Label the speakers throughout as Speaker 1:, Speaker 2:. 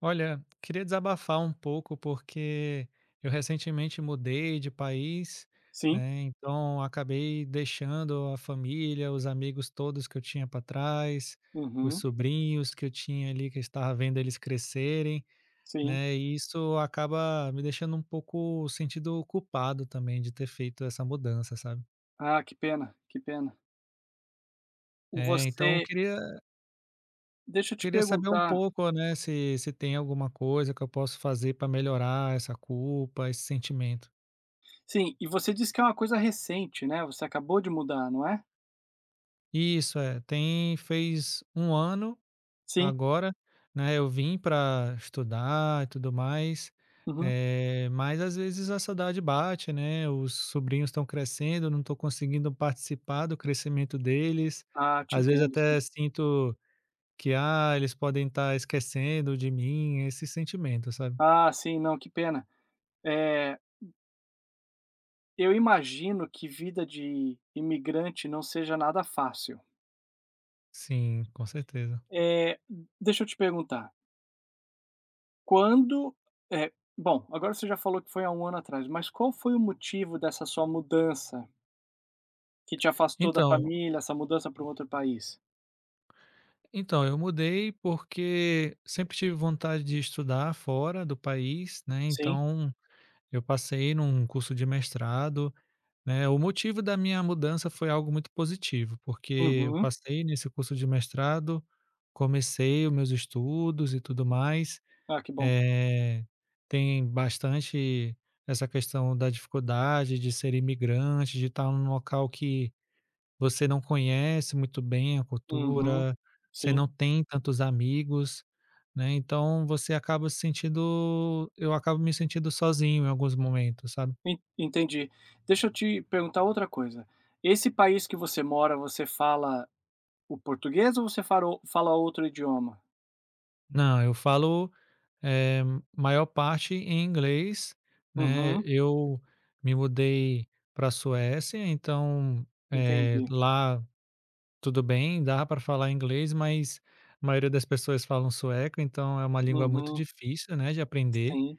Speaker 1: Olha, queria desabafar um pouco porque eu recentemente mudei de país,
Speaker 2: Sim.
Speaker 1: né? Então acabei deixando a família, os amigos todos que eu tinha para trás, os
Speaker 2: Uhum.
Speaker 1: sobrinhos que eu tinha ali, que eu estava vendo eles crescerem,
Speaker 2: Sim.
Speaker 1: né? E isso acaba me deixando um pouco sentido culpado também de ter feito essa mudança, sabe?
Speaker 2: Ah, que pena, que pena.
Speaker 1: É, então eu
Speaker 2: Você
Speaker 1: queria,
Speaker 2: Deixa eu te
Speaker 1: queria saber um
Speaker 2: perguntar,
Speaker 1: pouco, né, se tem alguma coisa que eu posso fazer para melhorar essa culpa, esse sentimento.
Speaker 2: sim, e você disse que é uma coisa recente, né, você acabou de mudar, não é?
Speaker 1: Isso, é. Tem fez 1 ano
Speaker 2: Sim.
Speaker 1: agora, né, eu vim para estudar e tudo mais,
Speaker 2: Uhum.
Speaker 1: mas às vezes a saudade bate, né, os sobrinhos estão crescendo, eu não estou conseguindo participar do crescimento deles.
Speaker 2: Ah, te
Speaker 1: Às vezes
Speaker 2: entendo, sim.
Speaker 1: até sinto que, ah, eles podem estar esquecendo de mim, esse sentimento, sabe.
Speaker 2: Ah, sim, não, que pena. Eh, eu imagino que vida de imigrante não seja nada fácil.
Speaker 1: Sim, com certeza.
Speaker 2: Eh, Deixa eu te perguntar, quando bom, agora você já falou que foi há um ano atrás, mas qual foi o motivo dessa sua mudança? Que te afastou da
Speaker 1: Então
Speaker 2: família, essa mudança para um outro país?
Speaker 1: então, eu mudei porque sempre tive vontade de estudar fora do país, né,
Speaker 2: Sim.
Speaker 1: então eu passei num curso de mestrado, né, o motivo da minha mudança foi algo muito positivo, porque eu
Speaker 2: Uhum.
Speaker 1: passei nesse curso de mestrado, comecei os meus estudos e tudo mais,
Speaker 2: Ah, que bom.
Speaker 1: eh, tem bastante essa questão da dificuldade de ser imigrante, de estar num local que você não conhece muito bem a
Speaker 2: Uhum.
Speaker 1: cultura, você
Speaker 2: Sim.
Speaker 1: não tem tantos amigos, né, então você acaba se sentindo eu acabo me sentindo sozinho em alguns momentos, sabe.
Speaker 2: En entendi. Deixa eu te perguntar outra coisa. Esse país que você mora, você fala o português ou você farou fala outro idioma?
Speaker 1: Não, eu falo, eh, maior parte em inglês, né.
Speaker 2: Uhum.
Speaker 1: Eu me mudei pra Suécia, então,
Speaker 2: Entendi.
Speaker 1: lá tudo bem, dá para falar inglês, mas a maioria das pessoas falam sueco, então é uma língua muito
Speaker 2: Uhum.
Speaker 1: difícil, né, de aprender.
Speaker 2: Sim,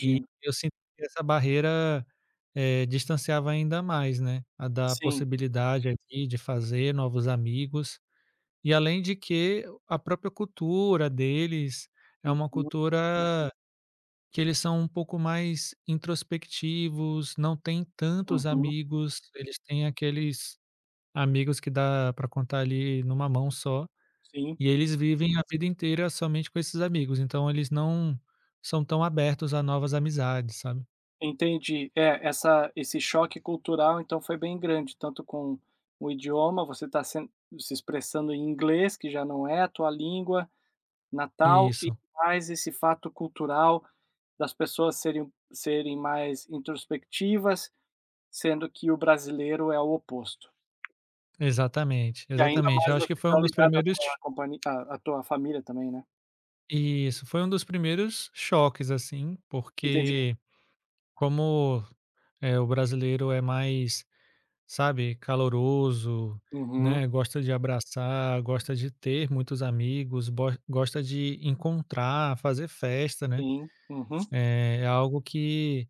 Speaker 1: E eu sinto que essa barreira, distanciava ainda mais, né, a da
Speaker 2: Sim.
Speaker 1: possibilidade ali de fazer novos amigos. E além de que a própria cultura deles é uma cultura, uhum, que eles são um pouco mais introspectivos, não têm tantos
Speaker 2: Uhum.
Speaker 1: amigos, eles têm aqueles amigos que dá para contar ali numa mão só,
Speaker 2: Sim.
Speaker 1: e eles vivem a vida inteira somente com esses amigos, então eles não são tão abertos a novas amizades, sabe.
Speaker 2: Entendi. É, essa esse choque cultural, então, foi bem grande, tanto com o idioma, você está se expressando em inglês, que já não é a tua língua natal, e
Speaker 1: Isso,
Speaker 2: mais esse fato cultural das pessoas serem mais introspectivas, sendo que o brasileiro é o oposto.
Speaker 1: exatamente,
Speaker 2: E ainda
Speaker 1: exatamente.
Speaker 2: mais
Speaker 1: Eu acho que
Speaker 2: você
Speaker 1: foi
Speaker 2: está
Speaker 1: um dos
Speaker 2: ligado à
Speaker 1: primeiros.
Speaker 2: tua companhia à à tua família também, né.
Speaker 1: Isso, foi um dos primeiros choques, assim,
Speaker 2: Entendi.
Speaker 1: porque como, o brasileiro é mais, sabe, caloroso,
Speaker 2: Uhum.
Speaker 1: né, gosta de abraçar, gosta de ter muitos amigos, bo gosta de encontrar, fazer festa, né.
Speaker 2: Sim. Uhum.
Speaker 1: É algo que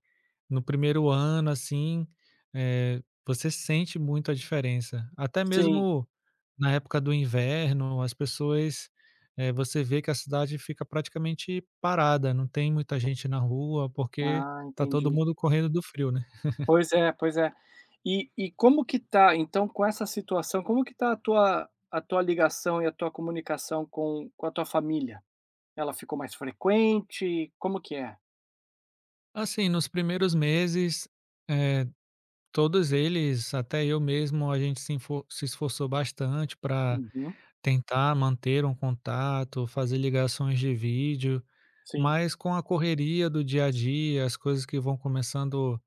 Speaker 1: no primeiro ano, assim, você sente muito a diferença. Até
Speaker 2: Sim.
Speaker 1: mesmo na época do inverno, as pessoas, você vê que a cidade fica praticamente parada, não tem muita gente na rua, porque
Speaker 2: Ah,
Speaker 1: tá todo
Speaker 2: entendi.
Speaker 1: mundo correndo do frio, né.
Speaker 2: Pois é, pois é. E como que tá então com essa situação, como que tá a tua ligação e a tua comunicação com a tua família? Ela ficou mais frequente? Como que é?
Speaker 1: Assim, nos primeiros meses, eh, todos eles, até eu mesmo, a gente se esforçou bastante para
Speaker 2: Uhum,
Speaker 1: tentar manter um contato, fazer ligações de vídeo.
Speaker 2: sim.
Speaker 1: Mas com a correria do dia a dia, as coisas que vão começando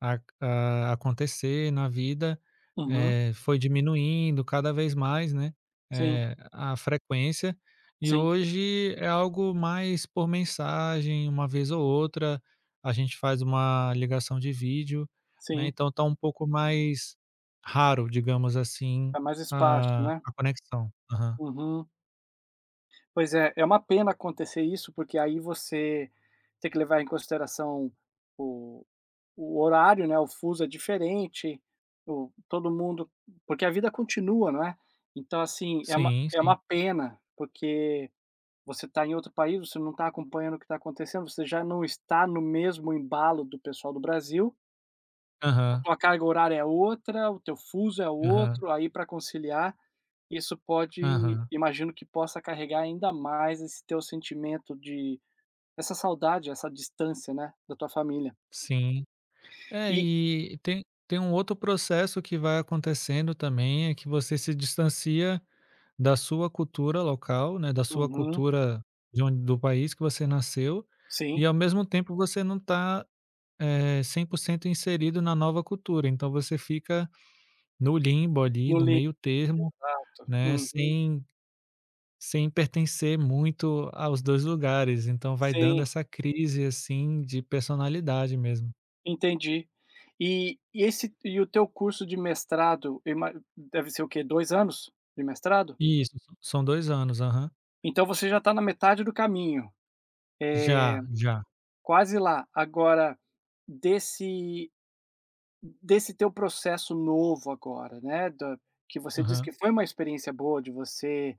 Speaker 1: a acontecer na vida,
Speaker 2: Uhum,
Speaker 1: foi diminuindo cada vez mais, né,
Speaker 2: sim,
Speaker 1: a frequência, e
Speaker 2: sim,
Speaker 1: hoje é algo mais por mensagem, uma vez ou outra, a gente faz uma ligação de vídeo, né,
Speaker 2: sim.
Speaker 1: então tá um pouco mais raro, digamos assim,
Speaker 2: Tá mais espaço,
Speaker 1: a
Speaker 2: né?
Speaker 1: a conexão. Aham.
Speaker 2: Uhum. Pois é, é uma pena acontecer isso, porque aí você tem que levar em consideração o o horário, né, o fuso é diferente, o todo mundo porque a vida continua, não é. Então, assim, é uma
Speaker 1: Sim,
Speaker 2: é
Speaker 1: sim.
Speaker 2: uma pena, porque você está em outro país, você não está acompanhando o que está acontecendo, você já não está no mesmo embalo do pessoal do Brasil, a
Speaker 1: Aham,
Speaker 2: tua carga horária é outra, o teu fuso é
Speaker 1: aham,
Speaker 2: outro, aí para conciliar, isso pode
Speaker 1: aham.
Speaker 2: imagino que possa carregar ainda mais esse teu sentimento de essa saudade, essa distância, né, da tua família.
Speaker 1: Sim. É,
Speaker 2: E
Speaker 1: e tem um outro processo que vai acontecendo também, é que você se distancia da sua cultura local, né, da sua
Speaker 2: uhum,
Speaker 1: cultura de onde do país que você nasceu, e
Speaker 2: sim,
Speaker 1: ao mesmo tempo você não está 100% inserido na nova cultura, então você fica no limbo ali,
Speaker 2: no
Speaker 1: no meio termo,
Speaker 2: Exato.
Speaker 1: né,
Speaker 2: Uhum.
Speaker 1: sem pertencer muito aos 2 lugares, então vai dando
Speaker 2: Sim,
Speaker 1: essa crise, assim, de personalidade mesmo.
Speaker 2: entendi. E o teu curso de mestrado, eu ima deve ser o quê? 2 anos de mestrado?
Speaker 1: Isso, são 2 anos, aham.
Speaker 2: Então você já está na metade do caminho, eh,
Speaker 1: Já, já.
Speaker 2: quase lá. Agora, desse desse teu processo novo agora, né, da que você disse
Speaker 1: Aham.
Speaker 2: que foi uma experiência boa de você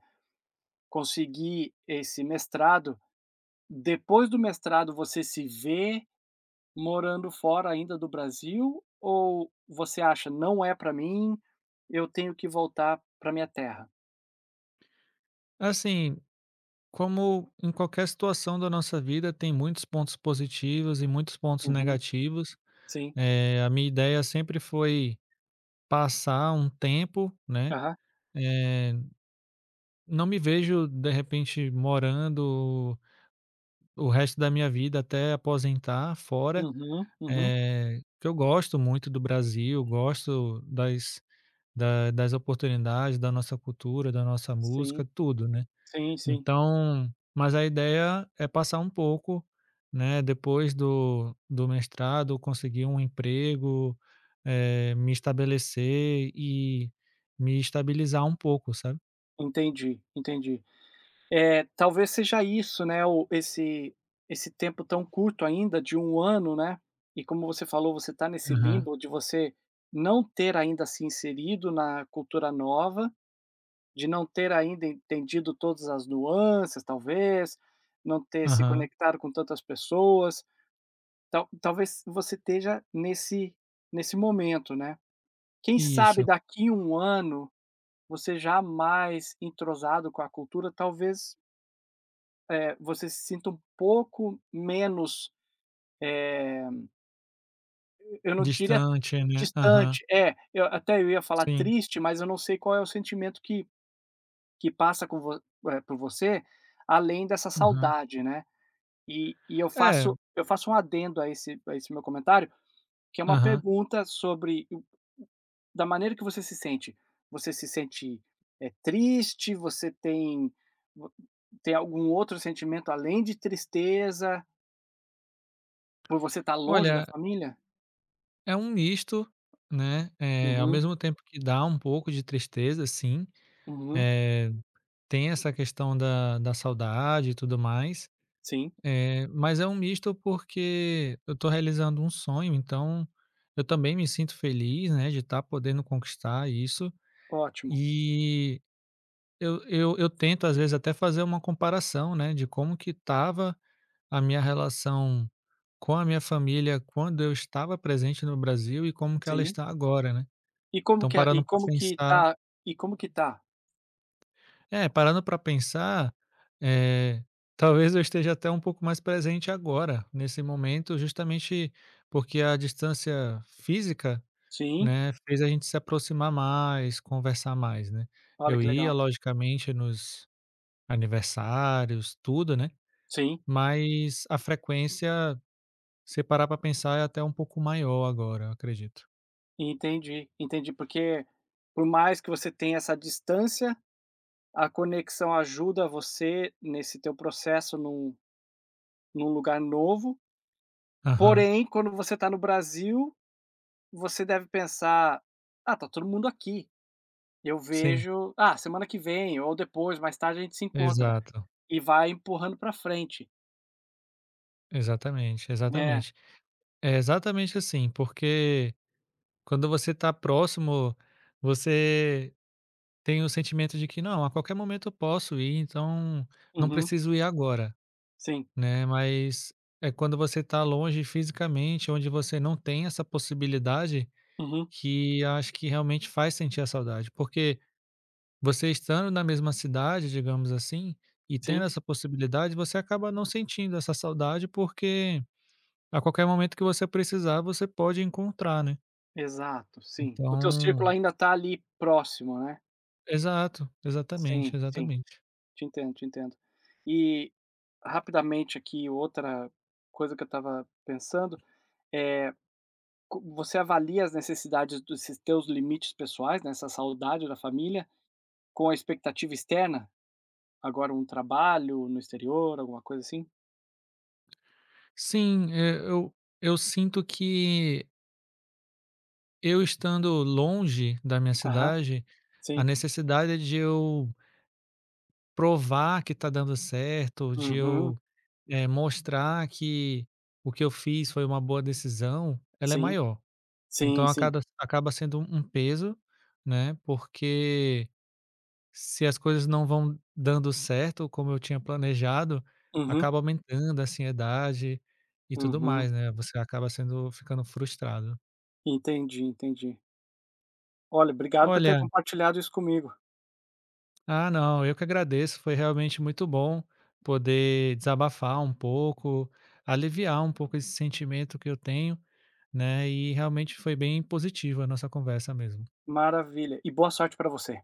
Speaker 2: conseguir esse mestrado, depois do mestrado você se vê morando fora ainda do Brasil ou você acha: "Não é pra mim, eu tenho que voltar pra minha terra"?
Speaker 1: Assim, como em qualquer situação da nossa vida, tem muitos pontos positivos e muitos pontos
Speaker 2: Uhum,
Speaker 1: negativos.
Speaker 2: sim.
Speaker 1: A minha ideia sempre foi passar um tempo, né.
Speaker 2: Aham.
Speaker 1: Eh, não me vejo, de repente, morando o resto da minha vida até aposentar fora,
Speaker 2: Uhum, uhum.
Speaker 1: que eu gosto muito do Brasil, gosto das oportunidades, da nossa cultura, da nossa
Speaker 2: Sim,
Speaker 1: música, tudo, né.
Speaker 2: sim, sim.
Speaker 1: Então, mas a ideia é passar um pouco, né, depois do mestrado, conseguir um emprego, me estabelecer e me estabilizar um pouco, sabe?
Speaker 2: Entendi, entendi. É talvez seja isso, né, o esse esse tempo tão curto ainda de um ano, né, e como você falou, você está nesse
Speaker 1: Aham,
Speaker 2: limbo de você não ter ainda se inserido na cultura nova. De não ter ainda entendido todas as nuances, talvez, não ter se
Speaker 1: aham.
Speaker 2: conectado com tantas pessoas, talvez você esteja nesse momento, né. Quem sabe
Speaker 1: Isso,
Speaker 2: daqui um ano, você já mais entrosado com a cultura, talvez, você se sinta um pouco menos, eu não diria
Speaker 1: distante, né? Aham,
Speaker 2: distante, é, eu ia falar
Speaker 1: sim,
Speaker 2: triste, mas eu não sei qual é o sentimento que passa com vo por você, além dessa
Speaker 1: aham.
Speaker 2: saudade, né. E eu
Speaker 1: É,
Speaker 2: faço eu faço um adendo a esse meu comentário, que é uma
Speaker 1: aham.
Speaker 2: pergunta sobre o da maneira que você se sente. Você se sente, eh, triste? Você vo tem algum outro sentimento além de tristeza, por você estar longe da
Speaker 1: Olha,
Speaker 2: família?
Speaker 1: é um misto, né. É ao
Speaker 2: Uhum,
Speaker 1: mesmo tempo que dá um pouco de tristeza, sim.
Speaker 2: uhum.
Speaker 1: É, tem essa questão da saudade e tudo mais.
Speaker 2: Sim,
Speaker 1: É, mas é um misto porque eu estou realizando um sonho, então eu também me sinto feliz, né, de estar podendo conquistar isso.
Speaker 2: ótimo.
Speaker 1: E eu tento, às vezes, até fazer uma comparação, né, de como que estava a minha relação com a minha família quando eu estava presente no Brasil e como que ela
Speaker 2: Sim.
Speaker 1: está agora, né?
Speaker 2: E como
Speaker 1: Então,
Speaker 2: que a e
Speaker 1: parando para
Speaker 2: como que tá
Speaker 1: pensar.
Speaker 2: e como que tá?
Speaker 1: É, parando para pensar, eh, talvez eu esteja até um pouco mais presente agora, nesse momento, justamente porque a distância física,
Speaker 2: Sim,
Speaker 1: né, fez a gente se aproximar mais, conversar mais, né.
Speaker 2: olha
Speaker 1: Eu
Speaker 2: que legal.
Speaker 1: ia logicamente nos aniversários, tudo, né,
Speaker 2: Sim,
Speaker 1: mas a frequência, se parar pra pensar, é até um pouco maior agora, eu acredito.
Speaker 2: entendi, entendi, porque por mais que você tenha essa distância, a conexão ajuda você nesse teu processo num lugar novo,
Speaker 1: Aham,
Speaker 2: porém, quando você está no Brasil, você deve pensar: "Ah, tá todo mundo aqui, eu
Speaker 1: sim,
Speaker 2: vejo, ah, semana que vem ou depois, mais tarde a gente se encontra",
Speaker 1: exato,
Speaker 2: e vai empurrando para frente.
Speaker 1: exatamente,
Speaker 2: É.
Speaker 1: exatamente. É exatamente assim, porque quando você está próximo, você tem o sentimento de que: "Não, a qualquer momento eu posso ir, então não
Speaker 2: Uhum.
Speaker 1: preciso ir agora",
Speaker 2: Sim.
Speaker 1: né. Mas, é quando você está longe fisicamente, onde você não tem essa possibilidade,
Speaker 2: Uhum.
Speaker 1: que acho que realmente faz sentir a saudade. Porque você estando na mesma cidade, digamos assim, e tendo
Speaker 2: Sim.
Speaker 1: essa possibilidade, você acaba não sentindo essa saudade, porque a qualquer momento que você precisar, você pode encontrar, né.
Speaker 2: Exato, sim. O teu círculo
Speaker 1: Então.
Speaker 2: ainda tá ali próximo, né.
Speaker 1: Exato,
Speaker 2: Sim,
Speaker 1: exatamente,
Speaker 2: sim.
Speaker 1: exatamente.
Speaker 2: Te entendo, te entendo. E, rapidamente aqui, outra coisa que eu estava pensando. Eh, co Você avalia as necessidades desses teus limites pessoais, né, essa saudade da família, com a expectativa externa? Agora um trabalho no exterior, alguma coisa assim?
Speaker 1: Sim, eu sinto que eu estando longe da minha
Speaker 2: Aham,
Speaker 1: cidade, a
Speaker 2: sim.
Speaker 1: necessidade de eu provar que está dando certo, de
Speaker 2: Uhum.
Speaker 1: eu, mostrar que o que eu fiz foi uma boa decisão, ela é
Speaker 2: Sim,
Speaker 1: maior.
Speaker 2: sim,
Speaker 1: Então
Speaker 2: sim.
Speaker 1: acaba sendo um peso, né, porque se as coisas não vão dando certo como eu tinha planejado,
Speaker 2: Uhum,
Speaker 1: acaba aumentando assim, a ansiedade e tudo
Speaker 2: uhum.
Speaker 1: mais, né, você acaba sendo ficando frustrado.
Speaker 2: Entendi, entendi. Olha, obrigado por ter
Speaker 1: Olha,
Speaker 2: compartilhado isso comigo.
Speaker 1: ah, não, eu que agradeço, foi realmente muito bom poder desabafar um pouco, aliviar um pouco esse sentimento que eu tenho, né, e realmente foi bem positiva a nossa conversa mesmo.
Speaker 2: Maravilha, e boa sorte para você.